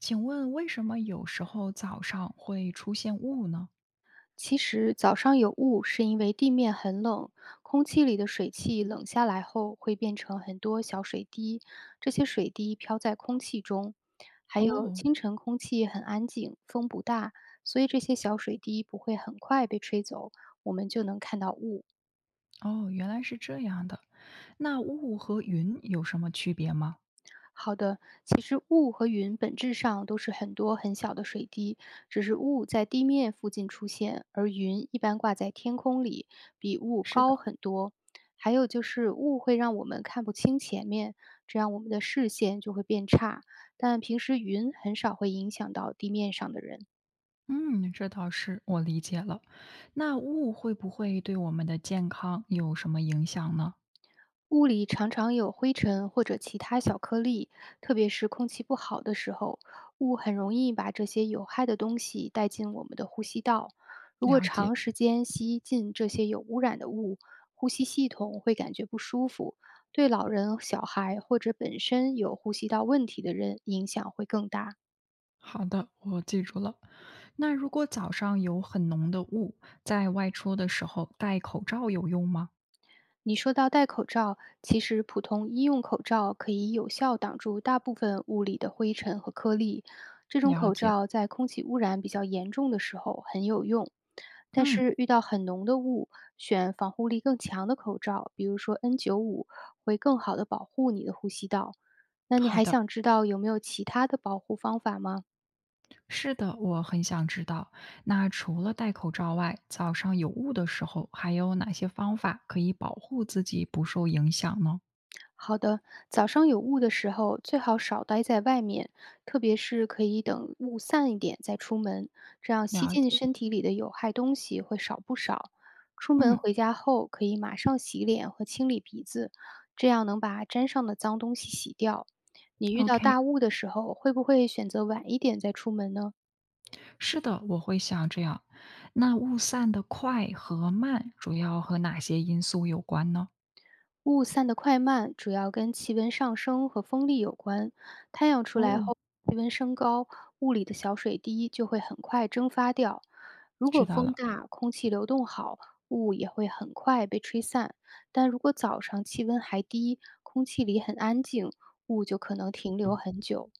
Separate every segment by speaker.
Speaker 1: 请问为什么有时候早上会出现雾呢？
Speaker 2: 其实早上有雾是因为地面很冷，空气里的水汽冷下来后会变成很多小水滴，这些水滴飘在空气中。还有
Speaker 1: 哦
Speaker 2: 清晨空气很安静，风不大，所以这些小水滴不会很快被吹走，我们就能看到雾。
Speaker 1: 哦，原来是这样的。那雾和云有什么区别吗？
Speaker 2: 好的，其实雾和云本质上都是很多很小的水滴，只是雾在地面附近出现，而云一般挂在天空里，比雾
Speaker 1: 是
Speaker 2: 高
Speaker 1: 的，
Speaker 2: 很多。还有就是雾会让我们看不清前面，这样我们的视线就会变差。但平时云很少会影响到地面上的人。
Speaker 1: 嗯，这倒是，我理解了。那雾会不会对我们的健康有什么影响呢？
Speaker 2: 屋里常常有灰尘或者其他小颗粒，特别是空气不好的时候，雾很容易把这些有害的东西带进我们的呼吸道。如果
Speaker 1: 了解，
Speaker 2: 长时间吸进这些有污染的雾，呼吸系统会感觉不舒服，对老人、小孩或者本身有呼吸道问题的人影响会更大。
Speaker 1: 好的，我记住了。那如果早上有很浓的雾，在外出的时候戴口罩有用吗？
Speaker 2: 你说到戴口罩，其实普通医用口罩可以有效挡住大部分物理的灰尘和颗粒，这种
Speaker 1: 了
Speaker 2: 口
Speaker 1: 解，
Speaker 2: 罩在空气污染比较严重的时候很有用。但
Speaker 1: 嗯，
Speaker 2: 是遇到很浓的雾，选防护力更强的口罩，比如说 N95，会更好的保护你的呼吸道。那你
Speaker 1: 好
Speaker 2: 还
Speaker 1: 的。
Speaker 2: 想知道有没有其他的保护方法吗？
Speaker 1: 是的，我很想知道。那除了戴口罩外，早上有雾的时候，还有哪些方法可以保护自己不受影响呢？
Speaker 2: 好的，早上有雾的时候，最好少待在外面，特别是可以等雾散一点再出门，这样吸
Speaker 1: 了
Speaker 2: 进
Speaker 1: 解，
Speaker 2: 身体里的有害东西会少不少。出门
Speaker 1: 嗯
Speaker 2: 回家后，可以马上洗脸和清理鼻子，这样能把沾上的脏东西洗掉。你遇到
Speaker 1: ，OK，
Speaker 2: 大雾的时候，会不会选择晚一点再出门呢？
Speaker 1: 是的，我会想这样。那雾散的快和慢，主要和哪些因素有关呢？
Speaker 2: 雾散的快慢主要跟气温上升和风力有关。太阳出来
Speaker 1: 哦，
Speaker 2: 后，气温升高，雾里的小水滴就会很快蒸发掉。如果
Speaker 1: 知道
Speaker 2: 风
Speaker 1: 了，
Speaker 2: 大，空气流动好，雾也会很快被吹散。但如果早上气温还低，空气里很安静，雾就可能停留很久。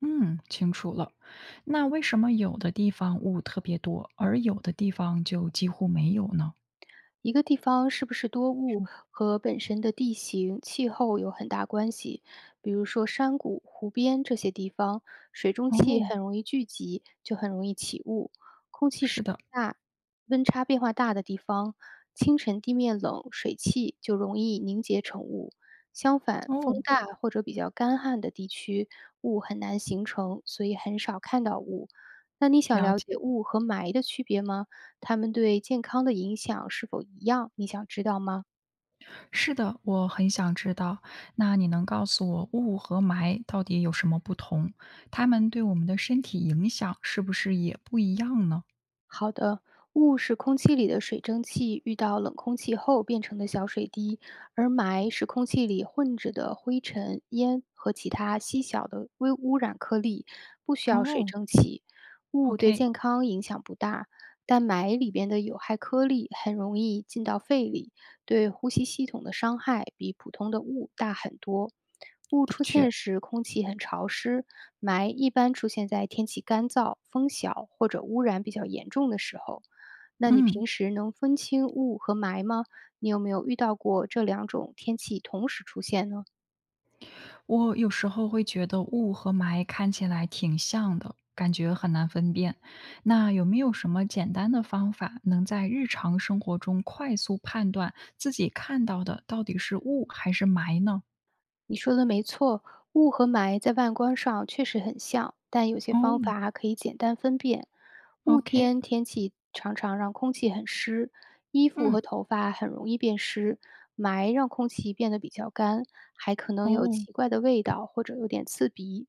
Speaker 1: 嗯，清楚了。那为什么有的地方雾特别多，而有的地方就几乎没有呢？
Speaker 2: 一个地方是不是多雾和本身的地形、气候有很大关系。比如说山谷、湖边这些地方，水蒸气
Speaker 1: 哦，
Speaker 2: 很容易聚集，就很容易起雾。空气湿
Speaker 1: 是
Speaker 2: 度
Speaker 1: 的，
Speaker 2: 大、温差变化大的地方，清晨地面冷，水汽就容易凝结成雾。相反，风
Speaker 1: 哦，
Speaker 2: 大或者比较干旱的地区，雾很难形成，所以很少看到雾。那你想
Speaker 1: 了
Speaker 2: 了
Speaker 1: 解。
Speaker 2: 解雾和霾的区别吗？它们对健康的影响是否一样？你想知道吗？
Speaker 1: 是的，我很想知道。那你能告诉我雾和霾到底有什么不同？它们对我们的身体影响是不是也不一样呢？
Speaker 2: 好的，雾是空气里的水蒸气遇到冷空气后变成的小水滴，而霾是空气里混着的灰尘、烟和其他细小的微污染颗粒，不需要水
Speaker 1: 哦
Speaker 2: 蒸气。雾对
Speaker 1: ，OK，
Speaker 2: 健康影响不大，但霾里边的有害颗粒很容易进到肺里。对呼吸系统的伤害比普通的雾大很多。雾
Speaker 1: 的
Speaker 2: 出
Speaker 1: 确，
Speaker 2: 现时，空气很潮湿，霾一般出现在天气干燥、风小或者污染比较严重的时候。那你
Speaker 1: 嗯，
Speaker 2: 平时能分清雾和霾吗？你有没有遇到过这两种天气同时出现呢？
Speaker 1: 我有时候会觉得雾和霾看起来挺像的，感觉很难分辨。那有没有什么简单的方法，能在日常生活中快速判断自己看到的到底是雾还是霾呢？
Speaker 2: 你说的没错，雾和霾在外观上确实很像，但有些方
Speaker 1: 哦
Speaker 2: 法可以简单分辨。雾
Speaker 1: ，OK，
Speaker 2: 天天气常常让空气很湿，衣服和
Speaker 1: 嗯，
Speaker 2: 头发很容易变湿；霾让空气变得比较干，还可能有
Speaker 1: 哦，
Speaker 2: 奇怪的味道或者有点刺鼻。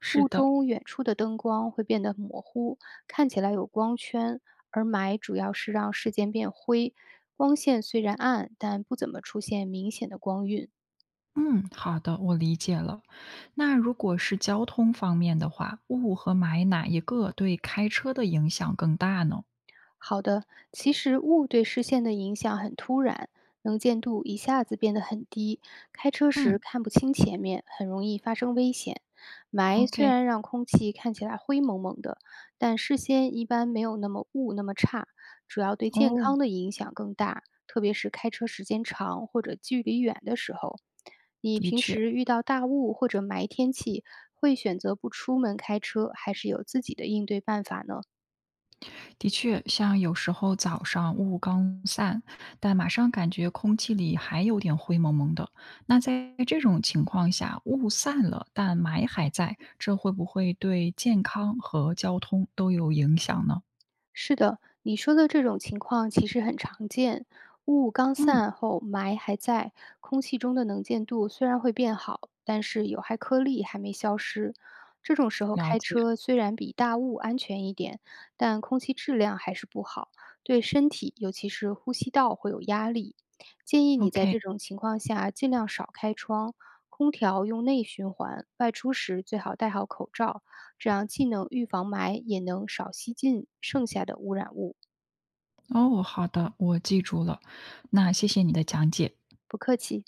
Speaker 1: 是
Speaker 2: 雾
Speaker 1: 的。
Speaker 2: 中远处的灯光会变得模糊，看起来有光圈，而霾主要是让事件变灰，光线虽然暗，但不怎么出现明显的光晕。
Speaker 1: 嗯，好的，我理解了。那如果是交通方面的话，雾和霾哪一个对开车的影响更大呢？
Speaker 2: 好的，其实雾对视线的影响很突然，能见度一下子变得很低，开车时
Speaker 1: 嗯
Speaker 2: 看不清前面，很容易发生危险。霾虽
Speaker 1: ，OK，
Speaker 2: 然让空气看起来灰蒙蒙的，但视线一般没有那么雾那么差，主要对健
Speaker 1: 哦，
Speaker 2: 康的影响更大，特别是开车时间长或者距离远的时候。你平时遇到大雾或者霾天气，会选择不出门开车，还是有自己的应对办法呢？
Speaker 1: 的确，像有时候早上雾刚散，但马上感觉空气里还有点灰蒙蒙的。那在这种情况下，雾散了，但霾还在，这会不会对健康和交通都有影响呢？
Speaker 2: 是的，你说的这种情况其实很常见。雾刚
Speaker 1: 嗯，
Speaker 2: 散后，霾还在，空气中的能见度虽然会变好，但是有害颗粒还没消失。这种时候
Speaker 1: 了
Speaker 2: 开
Speaker 1: 解。
Speaker 2: 车虽然比大雾安全一点，但空气质量还是不好，对身体尤其是呼吸道会有压力。建议你在这
Speaker 1: OK，
Speaker 2: 种情况下尽量少开窗，空调用内循环，外出时最好戴好口罩，这样既能预防霾，也能少吸进剩下的污染物。
Speaker 1: 哦，好的，我记住了。那谢谢你的讲解。
Speaker 2: 不客气。